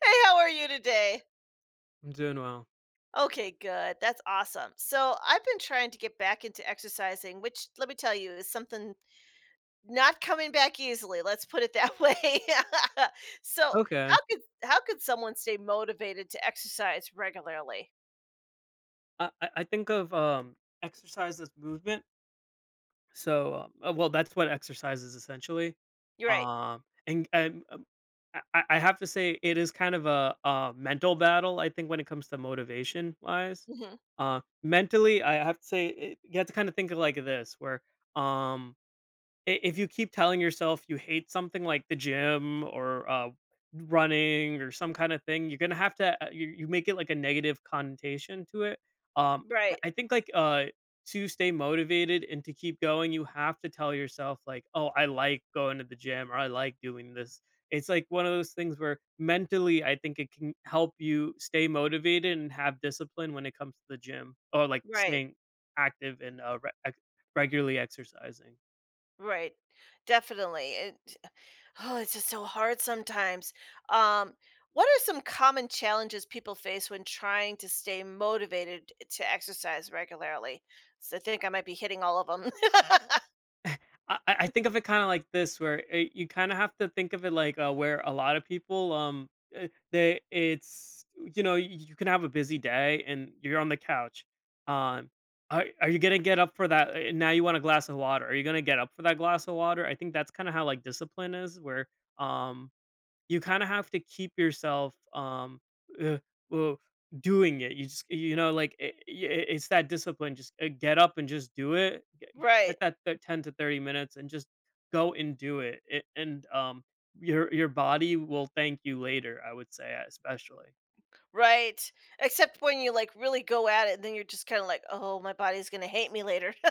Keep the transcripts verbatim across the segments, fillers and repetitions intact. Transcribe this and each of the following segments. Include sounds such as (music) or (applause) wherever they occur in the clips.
Hey, how are you today? I'm doing well. Okay, good. That's awesome. So, I've been trying to get back into exercising, which let me tell you is something not coming back easily. Let's put it that way. (laughs) So, Okay. how could how could someone stay motivated to exercise regularly? I, I I think of um exercise as movement. So um, uh, well, that's what exercise is essentially. You're right. Um, and, and um, I, I I have to say it is kind of a, a mental battle. I think when it comes to motivation wise, Hmm. uh, mentally I have to say it, you have to kind of think of like this, where um i- if you keep telling yourself you hate something like the gym or uh, running or some kind of thing, you're gonna have to uh, you, you make it like a negative connotation to it. Um, I Right. I think like uh, to stay motivated and to keep going, you have to tell yourself like, oh, I like going to the gym or I like doing this. It's like one of those things where mentally, I think it can help you stay motivated and have discipline when it comes to the gym or like Right. staying active and uh, re- ex- regularly exercising. Right. Definitely. It oh, it's just so hard sometimes. Um, what are some common challenges people face when trying to stay motivated to exercise regularly? So I think I might be hitting all of them. (laughs) I I I think of it kinda like this, where it you kinda have to think of it like, uh, where a lot of people, um, eh, they it's you know, you you can have a busy day and you're on the couch. Um, are are you gonna get up for that eh, now you want a glass of water. Are you gonna get up for that glass of water? I think that's kinda how, like, discipline is where, um you kinda have to keep yourself, um, uh, well, doing it. You just you know, like, I it's that discipline. Just, uh, get up and just do it. Get Right. get that that ten to thirty minutes and just go and do it. It and, um, your your body will thank you later, I would say, especially. Right. Except when you like really go at it then you're just kind of like, "Oh, my body's going to hate me later." (laughs)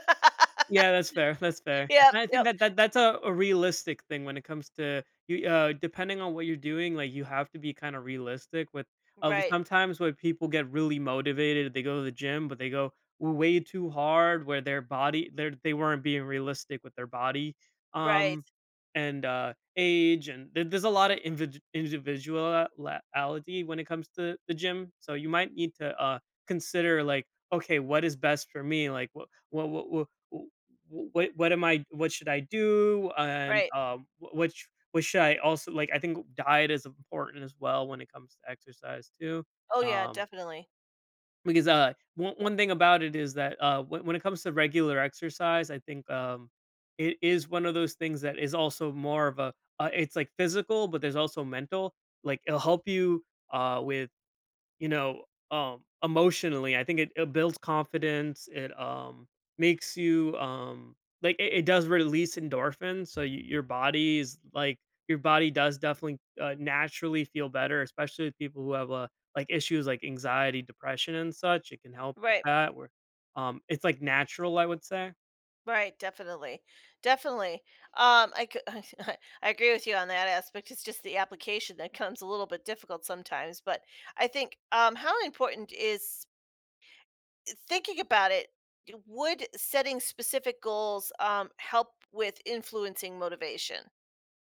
Yeah, that's fair, that's fair, Yep, and I think yep. that that that's a a realistic thing when it comes to you, uh, depending on what you're doing, like, you have to be kinda realistic with of Right. sometimes when people get really motivated, they go to the gym, but they go way too hard where their body they they weren't being realistic with their body, Right. um, and, uh, age, and there there's a lot of invid individual la when it comes to the gym, so you might need to, uh, consider, like, "Okay, what is best for me?" Like, "What what what what wh- what what am I what should I do, and Right. um wh- what sh- what should I also like," I think diet is important as well when it comes to exercise too, Oh yeah, um definitely. because uh one, one thing about it is that uh when, when it comes to regular exercise, I think um it is one of those things that is also more of a uh, it's like physical, but there's also mental. Like, it'll help you uh with, you know, um, emotionally. I think it, it builds confidence. It um Makes you um like it, it does release endorphins, so you, your body is like, your body does definitely uh, naturally feel better, especially with people who have uh, like issues like anxiety, depression, and such. It can help with Right. that. Where um, it's like natural, I would say. Right, definitely. Definitely. Um, I, c- (laughs) I agree with you on that aspect. It's just the application that comes a little bit difficult sometimes. But I think um, how important is thinking about it? Would setting specific goals um, help with influencing motivation?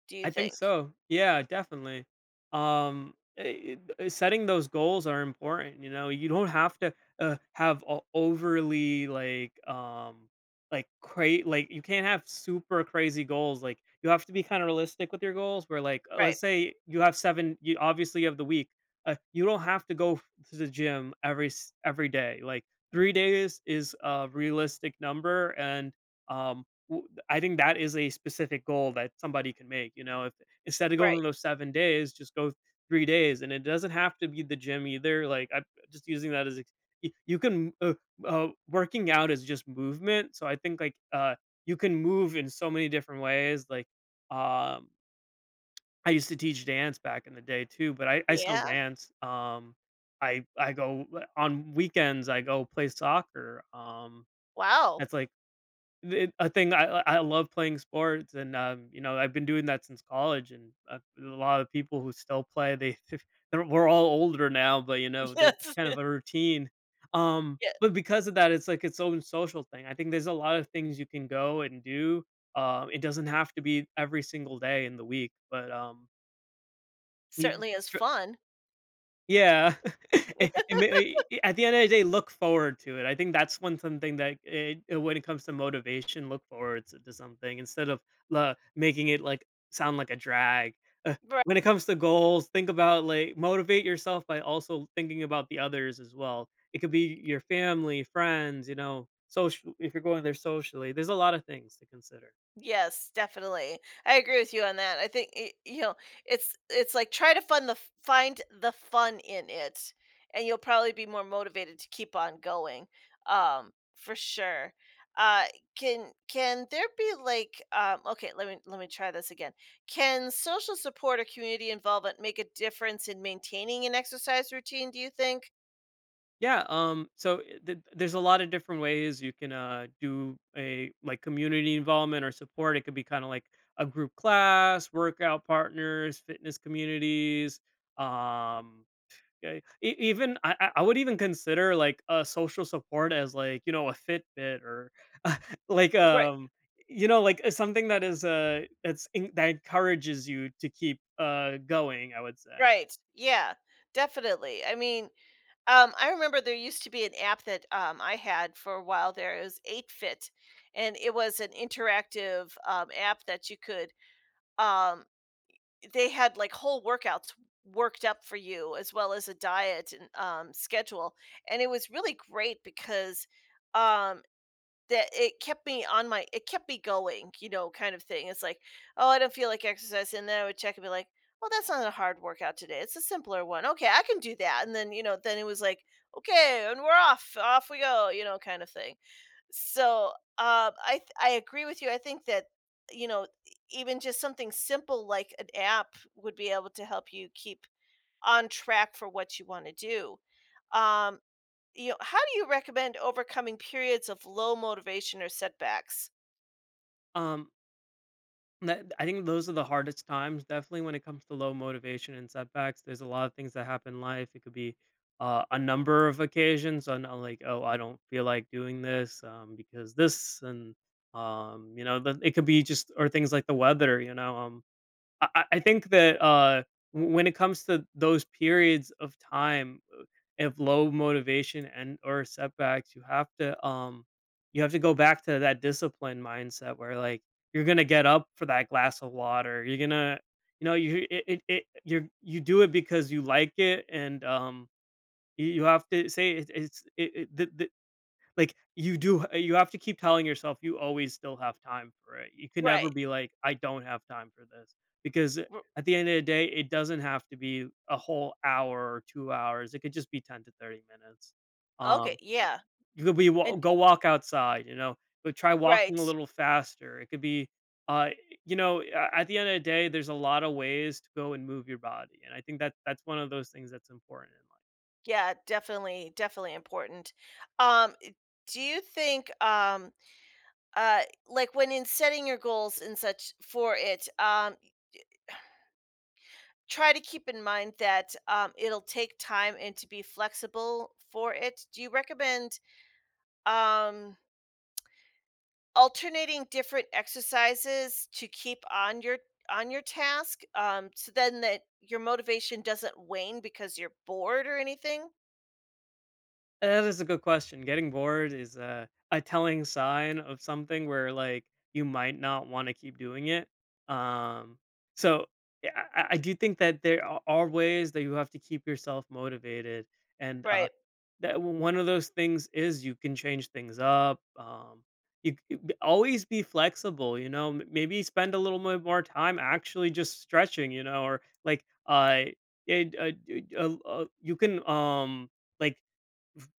Do you I think think? so. Yeah, definitely. Um, eh, eh, setting those goals are important. You know, you don't have to uh, have a overly like um like create like you can't have super crazy goals. Like, you have to be kind of realistic with your goals. Where like, uh, let's Right, say you have seven. You Obviously you have the week. Uh, you don't have to go f- to the gym every s- every day. Like, three days is a realistic number, and um I think that is a specific goal that somebody can make, you know. If instead of going right. those seven days, just go three days. And it doesn't have to be the gym either, like, I'm just using that as ex y you can uh, uh, working out is just movement, so I think, like, uh, you can move in so many different ways, like, um, I used to teach dance back in the day too, but I I still Yeah. dance, um, I I go on weekends, I go play soccer, um, Wow. that's like it I think I I love playing sports, and, um, you know, I've been doing that since college, and, uh, a lot of people who still play, they (laughs) they're we're all older now, but, you know, (laughs) that it's Yes. kind of a (laughs) routine. Um, yeah. but because of that, it's like its own social thing. I think there's a lot of things you can go and do. Um, it doesn't have to be every single day in the week, but, um, you Certainly is fun. yeah. (laughs) It (laughs) it may I At the end of the day, look forward to it. I think that's one something that it uh, when it comes to motivation, look forward to to something instead of la making it, like, sound like a drag. Uh, Right. when it comes to goals, think about, like, motivate yourself by also thinking about the others as well. It could be your family, friends, you know, social if you're going there socially. There's a lot of things to consider. Yes, definitely. I agree with you on that. I think it, you know, it's it's like try to fund the f- find the fun in it, and you'll probably be more motivated to keep on going. Um, for sure. Uh, can can there be like um, okay? Let me let me try this again. Can social support or community involvement make a difference in maintaining an exercise routine? Do you think? Yeah, um, so i- th- there's a lot of different ways you can uh, do a like community involvement or support. It could be kind of like a group class, workout partners, fitness communities. Um, e- e- even I, I I would even consider like a social support as like, you know, a Fitbit or (laughs) like Right. um you know, like, uh, something that is uh that's en- that encourages you to keep uh going, I would say. Right. Yeah. Definitely. I mean, um, I remember there used to be an app that, um, I had for a while there. It was eight fit, and it was an interactive, um, app that you could, um they had, like, whole workouts worked up for you as well as a diet and, um, schedule, and it was really great because, um, that it kept me on my it kept me going, you know, kind of thing. It's like, "Oh, I don't feel like exercising," and then I would check and be like, "Well, that's not a hard workout today. It's a simpler one. Okay, I can do that." And then, you know, then it was like, "Okay, and we're off. Off we go," you know, kind of thing. So, um, I th- I agree with you. I think that, you know, even just something simple like an app would be able to help you keep on track for what you want to do. Um, you know, how do you recommend overcoming periods of low motivation or setbacks? Um, That I think those are the hardest times, definitely, when it comes to low motivation and setbacks. There's a lot of things that happen in life. It could be uh, a number of occasions on, uh, like, oh, I don't feel like doing this um, because this, and, um, you know, the, it could be just or things like the weather. You know, um, I I I think that, uh, w when it comes to those periods of time, uh, of low motivation and or setbacks, you have to, um you have to go back to that discipline mindset where, like, you're gonna get up for that glass of water. You're gonna you know, you it it it you're you do it because you like it, and, um, you you have to say it it's it it the the like, you do you have to keep telling yourself you always still have time for it. You can never Right. be like, "I don't have time for this," because, uh, r- at the end of the day, it doesn't have to be a whole hour or two hours. It could just be ten to thirty minutes. Um, Okay. Yeah. you could be wa And go walk outside, you know, but try walking a right. little faster. It could be, uh, you know, a at the end of the day, there's a lot of ways to go and move your body, and I think that that's one of those things that's important in life. Yeah. Definitely. Definitely important. Um, i- do you think, um, uh, like when in setting your goals and such for it, um, try to keep in mind that um, it'll take time and to be flexible for it. Do you recommend Um, alternating different exercises to keep on your on your task, um, so then that your motivation doesn't wane because you're bored or anything. That is a good question. Getting bored is a, a telling sign of something where, like, you might not want to keep doing it. Um, so yeah, I, I I do think that there a- are ways that you have to keep yourself motivated, and, uh, Right. that w- one of those things is you can change things up. Um, you c- b- always be flexible. You know, M- maybe spend a little bit more time actually just stretching. You know, or like, uh, it, uh, d- uh, uh, you can um like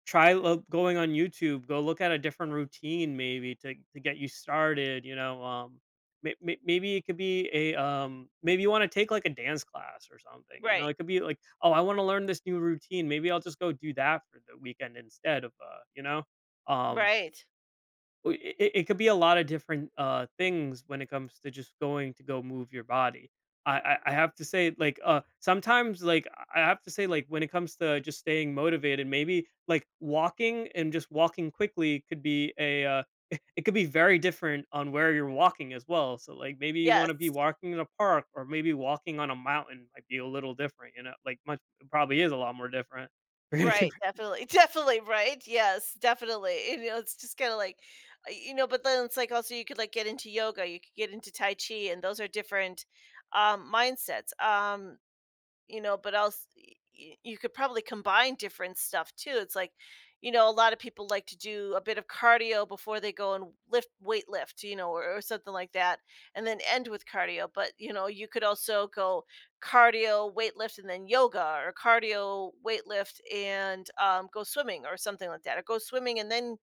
try lo- going on YouTube, go look at a different routine maybe to to get you started, you know. Um, may- may- maybe it could be a, um maybe you want to take like a dance class or something. You know, Right. it could be like, oh, I want to learn this new routine, maybe I'll just go do that for the weekend instead of, uh, you know, um Right. well, it it could be a lot of different, uh, things when it comes to just going to go move your body. I I I have to say, like, uh, sometimes, like, I I have to say, like, when it comes to just staying motivated, maybe, like, walking and just walking quickly could be a, uh (laughs) it could be very different on where you're walking as well. So, like, maybe you Yes. wanna be walking in a park, or maybe walking on a mountain might be a little different, you know? Like, much it probably is a lot more different. (laughs) We're gonna Right. Definitely. (laughs) Definitely. Right. Yes. Definitely. You know, it's just kind of like, uh, you know, but then it's like also you could like get into yoga, you could get into Tai Chi, and those are different um, mindsets. Um, you know, but else y- you could probably combine different stuff too. It's like, you know, a lot of people like to do a bit of cardio before they go and lift weight lift, you know, or, or something like that, and then end with cardio. But you know, you could also go cardio, weight lift, and then yoga, or cardio, weight lift, and um, go swimming, or something like that, or go swimming and then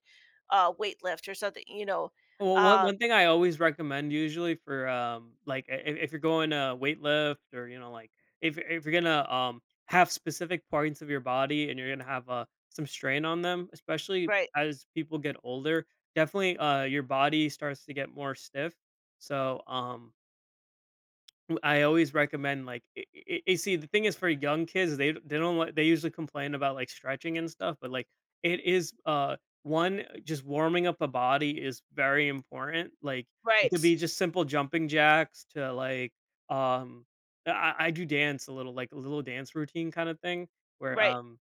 uh, weight lift, or something. You know, well, one uh, one thing I always recommend usually for, um, like, I I if you're going to weightlift, or, you know, like, if if you're gonna, um, have specific parts of your body and you're gonna have, uh, some strain on them, especially right, as people get older, definitely, uh, your body starts to get more stiff. So, um W I always recommend, like, y y you see, the thing is for young kids, they d- they don't like, they usually complain about, like, stretching and stuff, but, like, it is, uh, one, just warming up a body is very important, like, it could right, be just simple jumping jacks to, like, um I I I do dance a little, like, a little dance routine kinda thing where, right. um,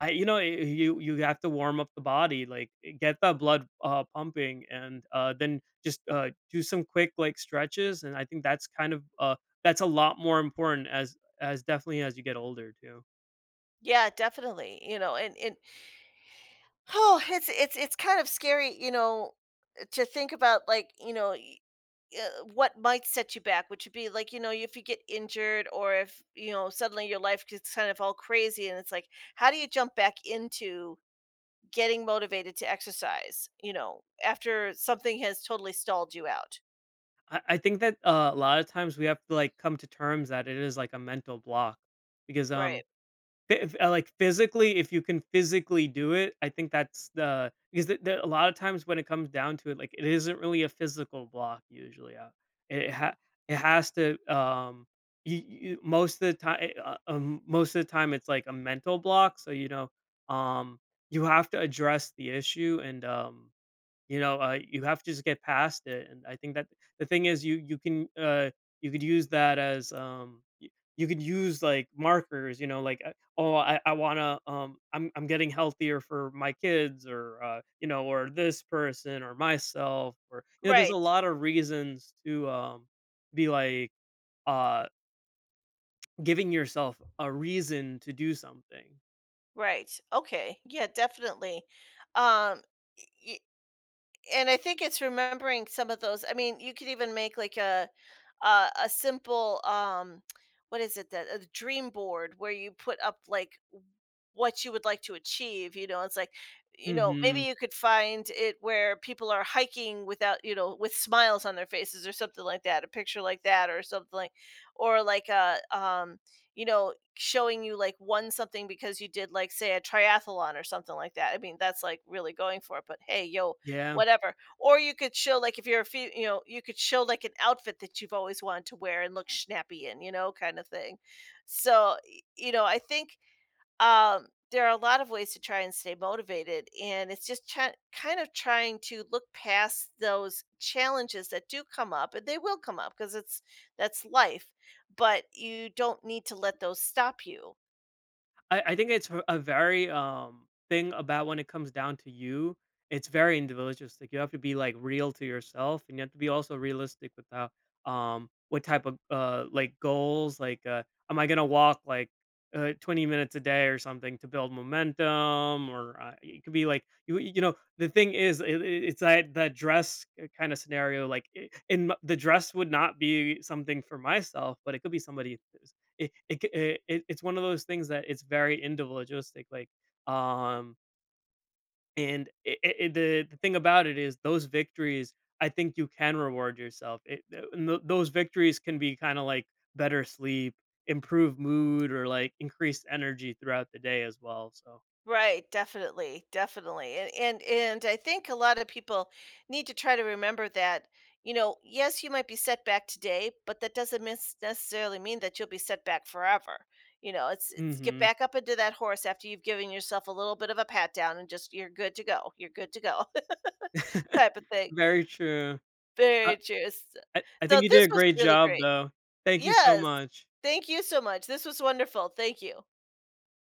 I you know, y you you have to warm up the body, like, eh, get the blood, uh, pumping and, uh, then just, uh, do some quick, like, stretches. And I think that's kind of, uh that's a lot more important as as definitely as you get older too. Yeah, definitely. You know, and and oh, it's it's it's kind of scary, you know, to think about like, you know, y- uh, what might set you back, which would be like, you know, if you get injured or if, you know, suddenly your life gets kind of all crazy and it's like, how do you jump back into getting motivated to exercise, you know, after something has totally stalled you out? I I think that, uh, a lot of times we have to, like, come to terms that it is, like, a mental block because, um, Right. phy if, uh, like, physically, if you can physically do it, I think that's the because the the a lot of times when it comes down to it, like, it isn't really a physical block usually. uh, it ha it has to, um you you most of the time uh, um, most of the time, it's, like, a mental block, so, you know, um, you have to address the issue and, um you know, uh, you have to just get past it. And I think that the thing is, you you can, uh, you could use that as, um, y- you could use like markers. You know, like, uh, oh, I, I wanna, um, I'm I'm getting healthier for my kids, or, uh, you know, or this person, or myself, or you know, there's a Right. lot of reasons to, um, be like, uh, giving yourself a reason to do something. Right. Okay. Yeah, definitely. Um and I think it's remembering some of those. I mean, you could even make like a a, a simple um what is it that a dream board where you put up like what you would like to achieve, you know, it's like you know, maybe Hmm. you could find it where people are hiking without, you know, with smiles on their faces or something like that, a picture like that or something like, or like a um you know, showing you like won something because you did like say a triathlon or something like that. I mean, that's like really going for it, but hey, yo, Yeah. whatever. Or you could show like if you're a fe- you know, you could show like an outfit that you've always wanted to wear and look snappy in, you know, kind of thing. So, y- you know, I think um there are a lot of ways to try and stay motivated and it's just try- kind of trying to look past those challenges that do come up, and they will come up because it's that's life, but you don't need to let those stop you. I, I think it's a very um thing about when it comes down to you. It's very individualistic. You have to be like real to yourself, and you have to be also realistic with how, um what type of, uh like goals. Like, uh am I gonna walk like, uh twenty minutes a day or something to build momentum, or, uh, it could be like, you you know, the thing is it, it- it's that that dress kind of scenario. Like, i- in m- the dress would not be something for myself, but it could be somebody. it it c it it It's one of those things that it's very individualistic, like, um, and it it it the the thing about it is those victories, I think you can reward yourself. It tho and tho Those victories can be kinda like better sleep, improved mood, or, like, increased energy throughout the day as well, so. Right, definitely, definitely. And and and I think a lot of people need to try to remember that, you know, yes, you might be set back today, but that doesn't mis- necessarily mean that you'll be set back forever. You know, it's it's get Mhm. back up into that horse after you've given yourself a little bit of a pat down and just you're good to go. You're good to go. (laughs) Type of (laughs) thing. Very true. I Very true. So I I think so you did this a was great really job, great. though. Thank you so Yes. much. Thank you so much. This was wonderful. Thank you.